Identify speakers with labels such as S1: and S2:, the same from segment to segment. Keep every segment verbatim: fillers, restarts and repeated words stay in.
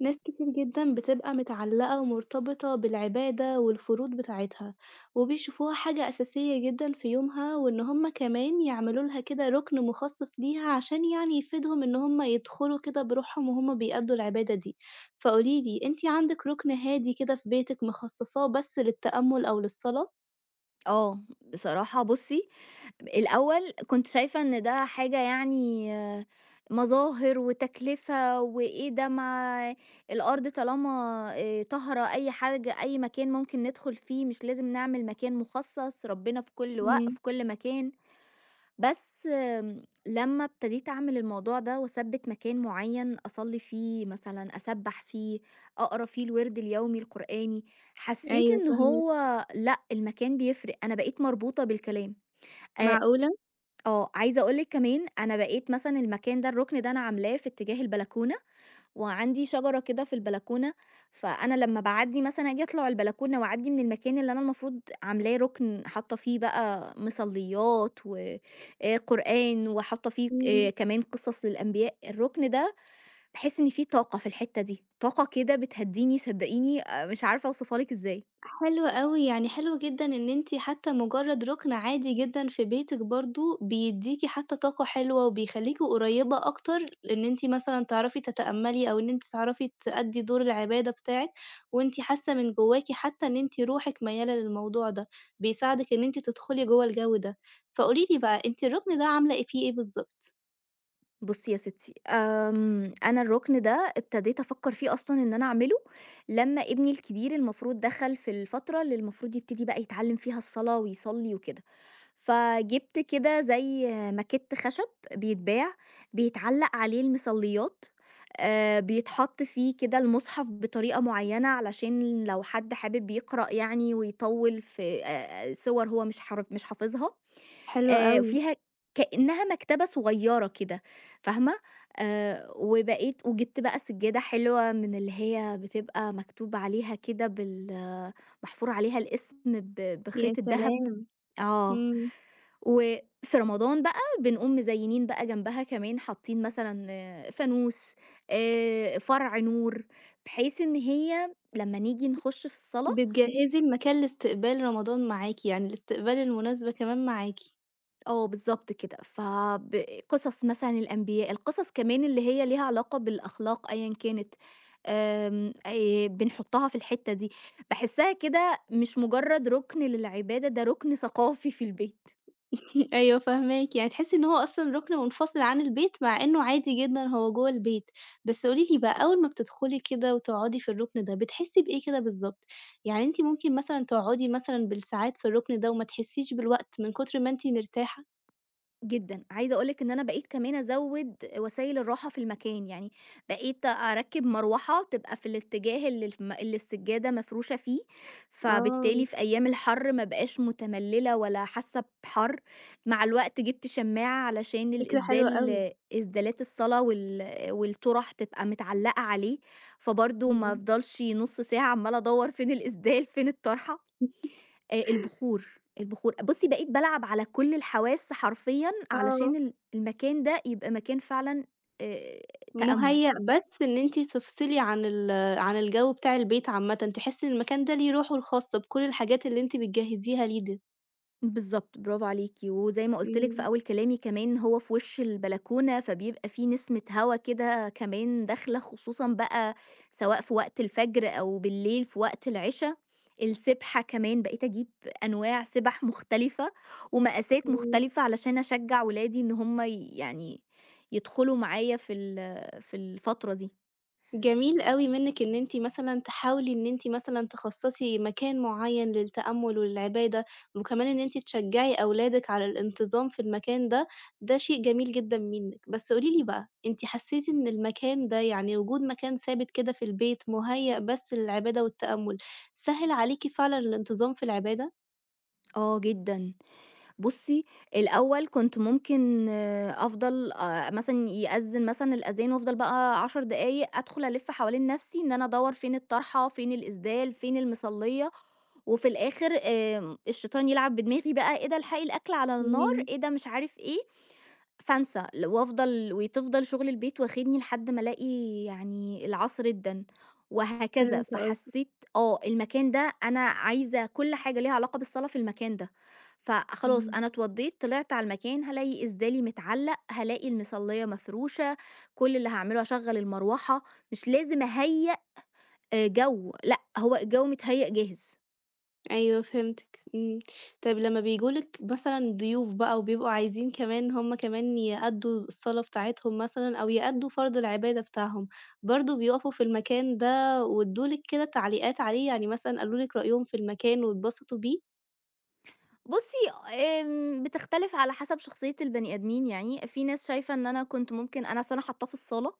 S1: ناس كتير جدًا بتبقى متعلقة ومرتبطة بالعبادة والفروض بتاعتها، وبيشوفوها حاجة أساسية جدًا في يومها، وإن هُم كمان يعملوا لها كده رُكن مخصص ليها عشان يعني يفيدهم إن هُم يدخلوا كده بروحهم وهُم بيأدّوا العبادة دي. فقولي لي، أنتِ عندِك رُكن هادي كده في بيتِك مخصصاه بس للتأمُّل أو للصلاة؟
S2: آه، بصراحة بُصّي، الأول كنت شايفة إن ده حاجة يعني آه، مظاهر وتكلفة وإيه ده ما الأرض طالما آآ طاهرة. أي حاجة أي مكان ممكن ندخل فيه، مش لازم نعمل مكان مخصص، ربنا في كل وق
S1: إمم.
S2: في كل مكان. بس آمم، لمّا ابتديت أعمل الموضوع ده وأثبِّت مكان معيّن أصلّي فيه مثلًا، أسبّح فيه، أقرا فيه الوِرد اليومي القرآني، حسّيت
S1: أيوه
S2: إن
S1: فاهماكِ.
S2: هو لأ، المكان بيفرق، أنا بقيت مربوطة بالكلام. آآ،
S1: معقولة!
S2: آه، عايزة أقول لِك كمان أنا بقيت مثلًا المكان ده، الرُكن ده أنا عاملاه في اتجاه البلكونة وعندي شجرة كده في البلكونة، فأنا لمّا باعدّي مثلًا آجي أطلع البلكونة وأعدّي من المكان اللي أنا المفروض عاملاه رُكن حاطة فيه بقى مصليات و آآ قرآن وحاطة فيه ك آآ
S1: إمم.
S2: كمان قصص للأنبياء، الرُكن ده باحس إن في طاقة في الحتة دي، طاقة كده بتهدّيني صدّقيني آآ مش عارفة أوصفها لِك إزاي.
S1: حلو أوي، يعني حلو جدًا إن أنتِ حتى مجرد رُكن عادي جدًا في بيتِك برضه بيدّيكِ حتى طاقة حلوة، وبيخلّيكِ قريبة أكتر إن أنتِ مثلًا تعرفي تتأملي، أو إن أنتِ تعرفي تأدّي دور العبادة بتاعِك، وأنتِ حاسة من جواكِ حتى إن أنتِ روحِك ميّالة للموضوع ده، بيساعدِك إن أنتِ تدخلي جوّه الجو ده. فقولي لي بقى أنتِ الرُكن ده عاملة إيه فيه إيه بالضبط؟
S2: بُصّي يا ستّي، آمم أنا الرُكن ده ابتديت أفكّر فيه أصلًا إن أنا أعمله لمّا ابني الكبير المفروض دخل في الفترة اللي المفروض يبتدي بقى يتعلّم فيها الصلاة ويصلّي وكده. فجِبت كده زي ماكيت خشب بيتباع، بيتعلّق عليه المصلّيات، آآ بيتحط فيه كده المُصحف بطريقة معيّنة علشان لو حد حابب يقرأ يعني ويطوّل في آآ سِوَر هو مش حر مش حافظها،
S1: حلو
S2: آآ
S1: أوي.
S2: فيها كإنّها مكتبة صغيّرة كده فاهمة، آآ وبقيت وجِبت بقى سجّادة حلوة من اللي هي بتبقى مكتوب عليها كده بال محفور عليها الاسم ب
S1: يا
S2: بخيط الدهب.
S1: سلام!
S2: آه.
S1: إمم.
S2: وفي رمضان بقى بنقوم مزينين بقى جنبها كمان حاطين مثلًا آه، فانوس، آآ، فرع نور، بحيث إن هي لمّا نيجي نخش في الصلاة
S1: بتجهّزي المكان لاستقبال رمضان معاكِ، يعني لاستقبال المناسبة كمان معاكِ.
S2: آه بالضبط كده، فب قصص مثلًا الأنبياء، القصص كمان اللي هي ليها علاقة بالأخلاق أيًا كانت، آمم، آآ، بنحطها في الحتة دي، باحسها كده مش مجرد ركن للعبادة، ده ركن ثقافي في البيت.
S1: أيوه فاهماكِ، يعني تحسّي إن هو أصلًا رُكن منفصل عن البيت، مع إنه عادي جدًا هو جوّه البيت. بس قولي لي بقى أول ما بتدخلي كده وتقعدي في الرُكن ده، بتحسّي بإيه كده بالضبط؟ يعني أنتِ ممكن مثلًا تقعدي مثلًا بالساعات في الرُكن ده وما تحسّيش بالوقت من كتر ما أنتِ مرتاحة؟
S2: جدًا، عايزة أقول لِك إن أنا بقيت كمان أزوّد وسائل الراحة في المكان، يعني بقيت أركّب مروحة تبقى في الاتجاه اللي الم اللي السجادة مفروشة فيه،
S1: آه.
S2: فبالتالي في أيام الحر ما أبقاش متملّلة ولا حاسة بحَر، مع الوقت جِبت شماعة علشان
S1: فكرة حلوة
S2: الإسدال
S1: أوي.
S2: إسدالات الصلاة وال والطُرَح تبقى متعلّقة عليه، فبرضه ما
S1: إمم.
S2: أفضلش نُص ساعة عمّالة أدوّر فين الإسدال فين الطرحة. آآ البخور، البخور. بُصّي، بقيت بالعب على كل الحواس حرفيًا
S1: آه.
S2: علشان ال المكان ده يبقى مكان فعلًا آآ تأمُّل.
S1: مُهيأ بس إن أنتِ تفصلي عن ال عن الجو بتاع البيت عامةً، تحسّي إن المكان ده ليه روحه الخاصة بكل الحاجات اللي أنتِ بتجهّزيها ليه ده.
S2: بالضبط، برافو عليكِ، وزي ما قُلت لِك في
S1: إمم.
S2: أول كلامي كمان هو في وِش البلكونة، فبيبقى في نسمة هوا كده كمان داخلة، خصوصًا بقى سواء في وقت الفجر أو بالليل في وقت العشا. السبحة كمان بقيت أجيب أنواع سبح مختلفة ومقاسات
S1: إمم.
S2: مختلفة علشان أشجّع ولادي إن هم ي يعني يدخلوا معايا في ال في الفترة دي.
S1: جميل أوي منِّك إن أنتِ مثلًا تحاولي إن أنتِ مثلًا تخصّصي مكان معيّن للتأمُّل والعبادة، وكمان إن أنتِ تشجّعي أولادِك على الانتظام في المكان ده، ده شيء جميل جدًا منِّك. بس قولي لي بقى، أنتِ حسّيتِ إن المكان ده يعني وجود مكان ثابت كده في البيت مُهيّأ بس للعبادة والتأمُّل، سهِّل عليكِ فعلًا الانتظام في العبادة؟
S2: آه جدًا. بُصّي، الأول كنت ممكن آه، أفضل آآ مثلًا يأذّن مثلًا الأذان وأفضل بقى عشر دقايق أدخل ألِف حوالين نَفْسي إن أنا أدوّر فين الطرحة، فين الإسدال، فين المصلية، وفي الآخر آمم الشيطان يلعب بدماغي بقى إيه ده الحقي الأكل على النار،
S1: إمم.
S2: إيه ده مش عارف إيه، فانسى، ل وأفضل وتفضل شغل البيت واخدني لحد ما ألاقي يعني العصر أدَّن، وهكذا.
S1: فهمت قصدك.
S2: فحسيت آه، المكان ده أنا عايزة كل حاجة ليها علاقة بالصلاة في المكان ده، فخلاص
S1: إمم.
S2: أنا اتوضّيت طلعت على المكان هالاقي إسدالي متعلق، هالاقي المِصلّية مفروشة، كل اللي هاعمله هاشغّل المروحة، مش لازم أهيّأ آآ جو، لأ، هو الجو متهيّأ جاهز.
S1: أيوه فهمتِك. إمم. طيب لمّا بييجوا لِك مثلًا ضيوف بقى وبيبقوا عايزين كمان هم كمان يأدّوا الصلاة بتاعتهم مثلًا أو يأدّوا فرض العبادة بتاعهم، برضه بيقفوا في المكان ده وادّوا لِك كده تعليقات عليه؟ يعني مثلًا قالوا لِك رأيهم في المكان واتبسطوا بيه؟
S2: بُصّي، آمم، بتختلف على حسب شخصية البني آدمين يعني، في ناس شايفة إن أنا كنت ممكن أنا أصل أنا حاطاه في الصالة،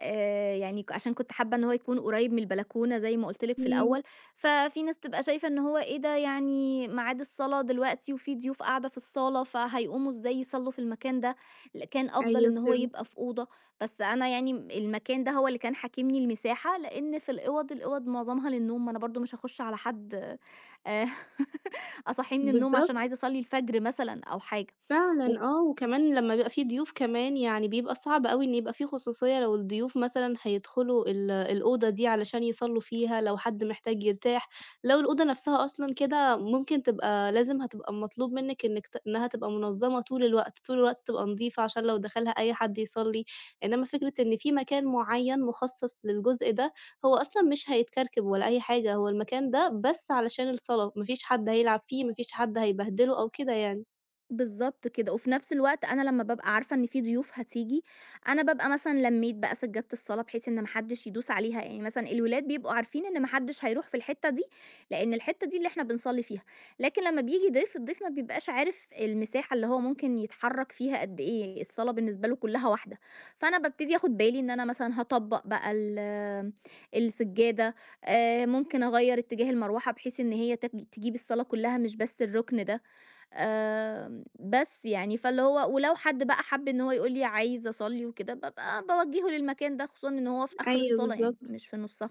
S2: آآ، يعني ك عشان كنت حابة إن هو يكون قريب من البلكونة زي ما قُلت لِك في
S1: إمم.
S2: الأول، ففي ناس تبقى شايفة إن هو إيه ده يعني ميعاد الصلاة دلوقتي وفي ضيوف قاعدة في الصالة، فهيقوموا إزاي يصلّوا في المكان ده، ل كان أفضل
S1: أيوه
S2: إن هو
S1: فهمت.
S2: يبقى في أوضة، بس أنا يعني م المكان ده هو اللي كان حاكمني المساحة، لإن في الأوض، الأوض معظمها للنوم، ما أنا برضه مش هاخش على حد آآ أصحّيه من النوم عشان
S1: بالضبط.
S2: عايزة أصلّي الفجر مثلًا أو حاجة، إمم. و
S1: فعلًا آه، وكمان لمّا بيبقى في ضيوف كمان يعني بيبقى صعب أوي إن يبقى في خصوصية لو الضيوف مثلًا هيدخلوا ال الأوضة دي علشان يصلّوا فيها، لو حد محتاج يرتاح، لو الأوضة نفسها أصلًا كده ممكن تبقى لازم هتبقى مطلوب منِك إنِك ت إنها تبقى منظمة طول الوقت، طول الوقت تبقى نضيفة عشان لو دخلها أي حد يصلّي، إنما فكرة إن في مكان معين مخصص للجزء ده، هو أصلًا مش هيتكركب ولا أي حاجة، هو المكان ده بس علشان الصلاة، ما فيش حد هيلعب فيه، ما فيش حد هيبهدله أو كده يعني.
S2: بالضبط كده، وفي نفس الوقت أنا لمّا بابقى عارفة إن في ضيوف هتيجي، أنا بابقى مثلًا لمّيت بقى سجادة الصلاة بحيث إن ما حدش يدوس عليها، يعني مثلًا الولاد بيبقوا عارفين إن ما حدش هيروح في الحتة دي، لإن الحتة دي اللي إحنا بنصلي فيها، لكن لمّا بييجي ضيف، الضيف ما بيبقاش عارف المساحة اللي هو ممكن يتحرك فيها قد إيه، الصلاة بالنسبة له كلها واحدة، فأنا بابتدي آخد بالي إن أنا مثلًا هاطبّق بقى ال السجادة، آآ ممكن أغيّر اتجاه المروحة بحيث إن هي تج تجيب الصلاة كلها مش بس الركن ده. آمم، بس يعني فاللي هو ولو حد بقى حَب إن هو يقول لي عايز أصلّي وكده، بابقى باوجّهه للمكان ده، خصوصًا إن هو في آخر
S1: أيوه
S2: الصلاة يعني
S1: بالضبط.
S2: مش في نُصّها.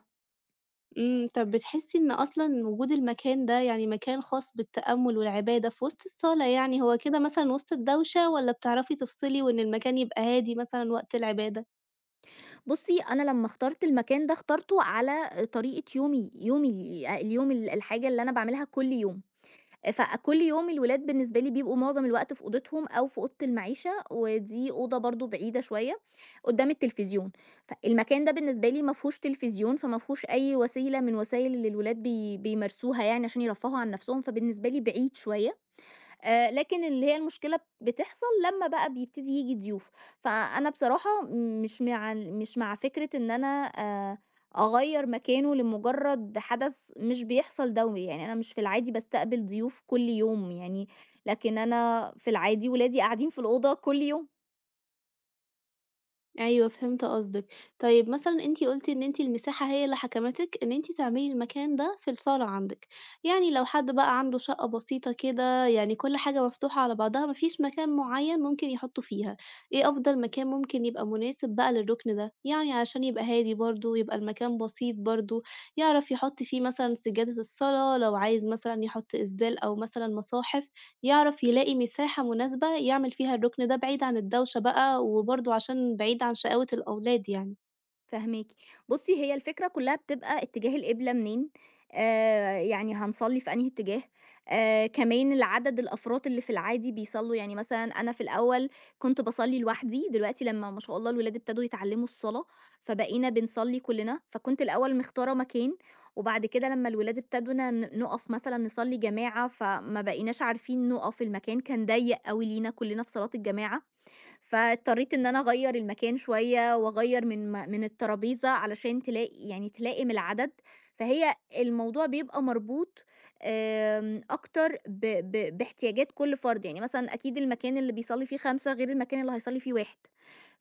S1: إمم. طب بتحسّي إن أصلًا وجود المكان ده يعني مكان خاص بالتأمُّل والعبادة في وسط الصلاة يعني، هو كده مثلًا وسط الدوشة والّا بتعرفي تفصلي وإن المكان يبقى هادي مثلًا وقت العبادة؟
S2: بُصّي، أنا لمّا اخترت المكان ده، اخترته على طريقة يومي، يومي ال اليوم ال الحاجة اللي أنا باعملها كل يوم. فكل يوم الولاد بالنسبة لي بيبقوا معظم الوقت في أوضتهم أو في أوضة المعيشة ودي أوضة برضو بعيدة شوية قدام التلفزيون، فالمكان ده بالنسبة لي ما فيهوش تلفزيون فما فيهوش أي وسيلة من وسائل اللي الولاد بي بيمارسوها يعني عشان يرفهوا عن نفسهم فبالنسبة لي بعيد شوية. آآ لكن اللي هي المشكلة بتحصل لمّا بقى بيبتدي ييجي ضيوف، فأنا بصراحة مش مع ال مش مع فكرة إن أنا آآ أغيّر مكانه لمجرد حدث مش بيحصل دوري، يعني أنا مش في العادي باستقبل ضيوف كل يوم يعني، لكن أنا في العادي ولادي قاعدين في الأوضة كل يوم.
S1: أيوه فهمت قصدِك. طيب مثلًا أنتِ قُلتِ إن أنتِ المساحة هي اللي حكمتِك إن أنتِ تعملي المكان ده في الصالة عندِك. يعني لو حد بقى عنده شقة بسيطة كده، يعني كل حاجة مفتوحة على بعضها، ما فيش مكان معيّن ممكن يحطّوا فيها، إيه أفضل مكان ممكن يبقى مناسب بقى للركن ده؟ يعني علشان يبقى هادي برضه، يبقى المكان بسيط برضه، يعرف يحُط فيه مثلًا سجادة الصلاة، لو عايز مثلًا يحُط إسدال أو مثلًا مصاحف. يعرف يلاقي مساحة مناسبة يعمل فيها الرُكن ده بعيد عن الدوشة بقى، وبرضه عشان بعيد عن شقاوة الأولاد يعني.
S2: فاهماكِ. بُصّي، هي الفكرة كلّها بتبقى اتجاه القبلة منين، آآ يعني هنصلّي في أنهي اتجاه، آآ كمان العدد الأفراد اللي في العادي بيصلّوا، يعني مثلًا أنا في الأول كنت باصلّي لوحدي، دلوقتي لمّا ما شاء الله الولاد ابتدوا يتعلّموا الصلاة، فبقينا بنصلّي كلّنا، فكنت الأول مختارة مكان، وبعد كده لمّا الولاد ابتدونا ن نُقف مثلًا نصلّي جماعة، فما بقيناش عارفين نُقف، المكان كان ضيّق أوي لينا كلّنا في صلاة الجماعة. فاضطريت إن أنا أغيّر المكان شوية وأغيّر من م من الترابيزة علشان تلاقي يعني تلائم العدد، فهي الموضوع بيبقى مربوط آمم أكتر ب ب باحتياجات كل فرد، يعني مثلًا أكيد المكان اللي بيصلّي فيه خمسة غير المكان اللي هيصلّي فيه واحد.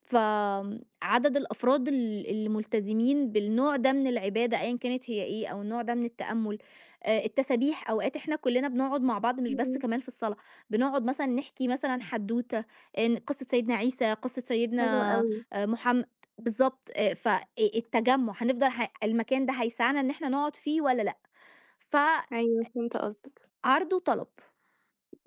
S2: فعدد الأفراد ال- الملتزمين بالنوع ده من العبادة أيا كانت هي إيه أو النوع ده من التأمل. آه، التسابيح أوقات إحنا كلنا بنقعد مع بعض مش بس
S1: إمم.
S2: كمان في الصلاة، بنقعد مثلا نحكي مثلا حدوتة، إن- قصة سيدنا عيسى، قصة
S1: حلو
S2: سيدنا
S1: أوي.
S2: آه، محمد. بالظبط آه، فالتجمع هنفضل ح- المكان ده هيسعنا إن إحنا نقعد فيه ولا لأ. فعرض
S1: أيوه فهمت قصدك.
S2: وطلب.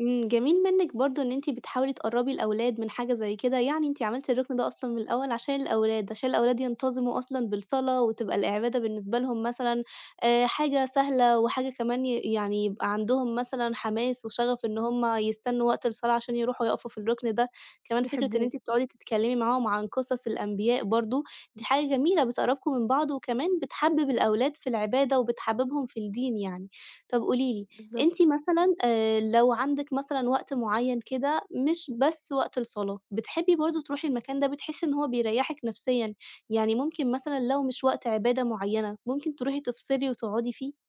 S1: إمم. جميل منِّك برضه إن أنتِ بتحاولي تقرّبي الأولاد من حاجة زي كده، يعني أنتِ عملتِ الركن ده أصلًا من الأول عشان الأولاد، عشان الأولاد ينتظموا أصلًا بالصلاة وتبقى العبادة بالنسبة لهم مثلًا آآ حاجة سهلة وحاجة كمان ي يعني يبقى عندهم مثلًا حماس وشغف إن هم يستنوا وقت الصلاة عشان يروحوا يقفوا في الركن ده، كمان فكرة إن
S2: يحبوه.
S1: أنتِ بتقعدي تتكلّمي معاهم عن قصص الأنبياء برضه، دي حاجة جميلة بتقرّبكم من بعض وكمان بتحبّب الأولاد في العبادة وبتحبّبهم في الدين يعني. طَب قولي لي، أنتِ
S2: بالظبط.
S1: مثلًا آآ لو عندِك مثلًا وقت معيّن كده مش بس وقت الصلاة، بتحبّي برضه تروحي المكان ده بتحسّي إن هو بيريّحِك نفسيًا، يعني ممكن مثلًا لو مش وقت عبادة معيّنة، ممكن تروحي تفصلي وتقعدي فيه؟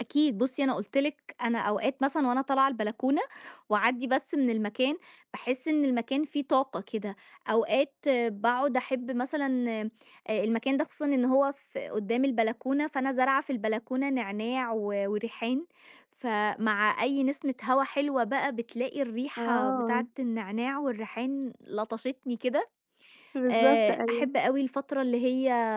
S2: أكيد، بُصّي أنا قُلت لِك أنا أوقات مثلًا وأنا طالعة البلكونة وأعدّي بس من المكان، باحس إن المكان فيه طاقة كده، أوقات باقعد أحب مثلًا آآ المكان ده خصوصًا إن هو في قدّام البلكونة، فأنا زارعة في البلكونة نعناع و وريحان، فمع أي نسمة هوا حلوة بقى بتلاقي الريحة
S1: آه.
S2: بتاعة النعناع والريحان لطشتني كده.
S1: بالضبط
S2: آآ
S1: أيوه.
S2: أحب أوي الفترة اللي هي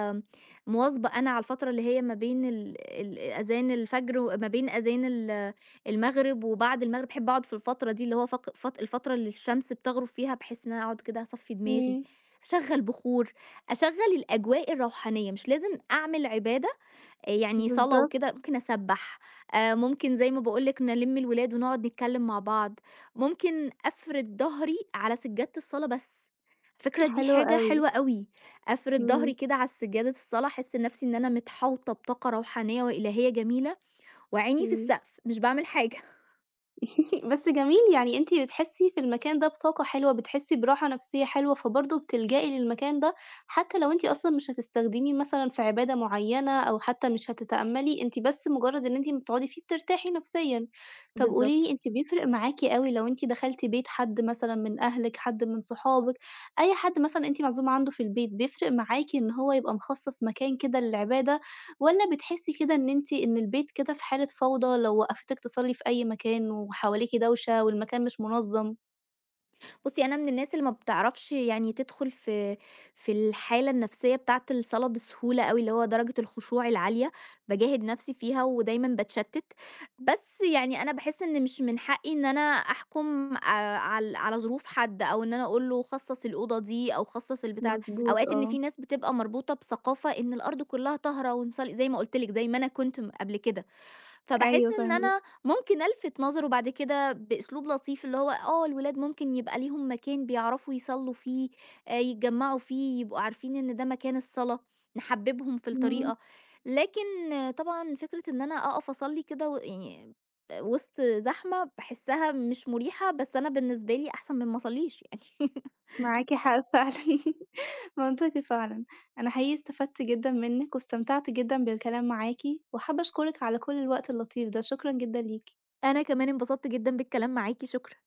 S2: مواظبة أنا على الفترة اللي هي ما بين ال ال أذان الفجر وما بين أذان ال المغرب وبعد المغرب، باحب أقعد في الفترة دي اللي هو فق فت الفترة اللي الشمس بتغرب فيها، بحيث إن أنا أقعد كده أصفّي دماغي،
S1: إمم.
S2: أشغّل بخور، أشغّل الأجواء الروحانية، مش لازم أعمل عبادة آآ يعني صلاة وكده،
S1: بالضبط.
S2: ممكن أسبّح، آآ ممكن زي ما باقول لِك نلِّم الولاد ونقعد نتكلّم مع بعض، ممكن أفرد ضهري على سجادة الصلاة بس، على فكرة دي
S1: حلو
S2: حاجة
S1: أوي.
S2: حلوة أوي، أفرد ضهري
S1: إمم.
S2: كده على سجادة الصلاة، أحس نَفْسي إن أنا متحوطة بطاقة روحانية وإلهية جميلة وعيني في
S1: إمم.
S2: السقف، مش باعمل حاجة.
S1: بس جميل، يعني أنتِ بتحسّي في المكان ده بطاقة حلوة، بتحسّي براحة نفسية حلوة، فبرضه بتلجئي للمكان ده، حتى لو أنتِ أصلًا مش هتستخدميه مثلًا في عبادة معيّنة أو حتى مش هتتأمّلي، أنتِ بس مجرّد إن أنتِ ما بتقعدي فيه بترتاحي نفسيًا. طب قولي
S2: بالضبط.
S1: لي أنتِ بيفرق معاكِ أوي لو أنتِ دخلتِ بيت حد مثلًا من أهلِك، حد من صحابِك، أي حد مثلًا أنتِ معزومة عنده في البيت، بيفرق معاكِ إن هو يبقى مخصّص مكان كده للعبادة والّا بتحسّي كده إن أنتِ إن البيت كده في حالة فوضى لو وقّفتِك تصلّي في أي مكان وحواليكِ دوشة والمكان مش منظّم؟
S2: بُصّي، أنا من الناس اللي ما بتعرفش يعني تدخل في في الحالة النفسية بتاعة الصلاة بسهولة أوي، اللي هو درجة الخشوع العالية، باجاهد نفسي فيها ودايمًا باتشتت، بس يعني أنا باحس إن مش من حقي إن أنا أحكم آآ عل على ظروف حد، أو إن أنا أقول له خصّص الأوضة دي أو خصّص البتاع د
S1: مضبوط
S2: أوقات إن في
S1: آه.
S2: ناس بتبقى مربوطة بثقافة إن الأرض كلها طاهرة ونصلي زي ما قُلت لِك، زي ما أنا كنت م قبل كده. فباحس
S1: أيوه
S2: إن
S1: فاهماكِ.
S2: أنا ممكن ألفت نظره بعد كده بأسلوب لطيف، اللي هو آه، الولاد ممكن يبقى ليهم مكان بيعرفوا يصلّوا فيه، آآ يتجمّعوا فيه، يبقوا عارفين إن ده مكان الصلاة، نحبّبهم في
S1: إمم.
S2: الطريقة. لكن آه، طبعًا فكرة إن أنا أقف أصلّي كده و يعني وسط زحمة، باحسّها مش مريحة، بس أنا بالنسبة لي أحسن من ما أصلّيش يعني.
S1: معاكِ حق فعلًا. منطقي فعلًا. أنا حقيقي استفدت جدًا منِّك واستمتعت جدًا بالكلام معاكِ، وحابة أشكرِك على كل الوقت اللطيف ده، شكرًا جدًا ليكِ.
S2: أنا كمان انبسطت جدًا بالكلام معاكِ، شكرًا.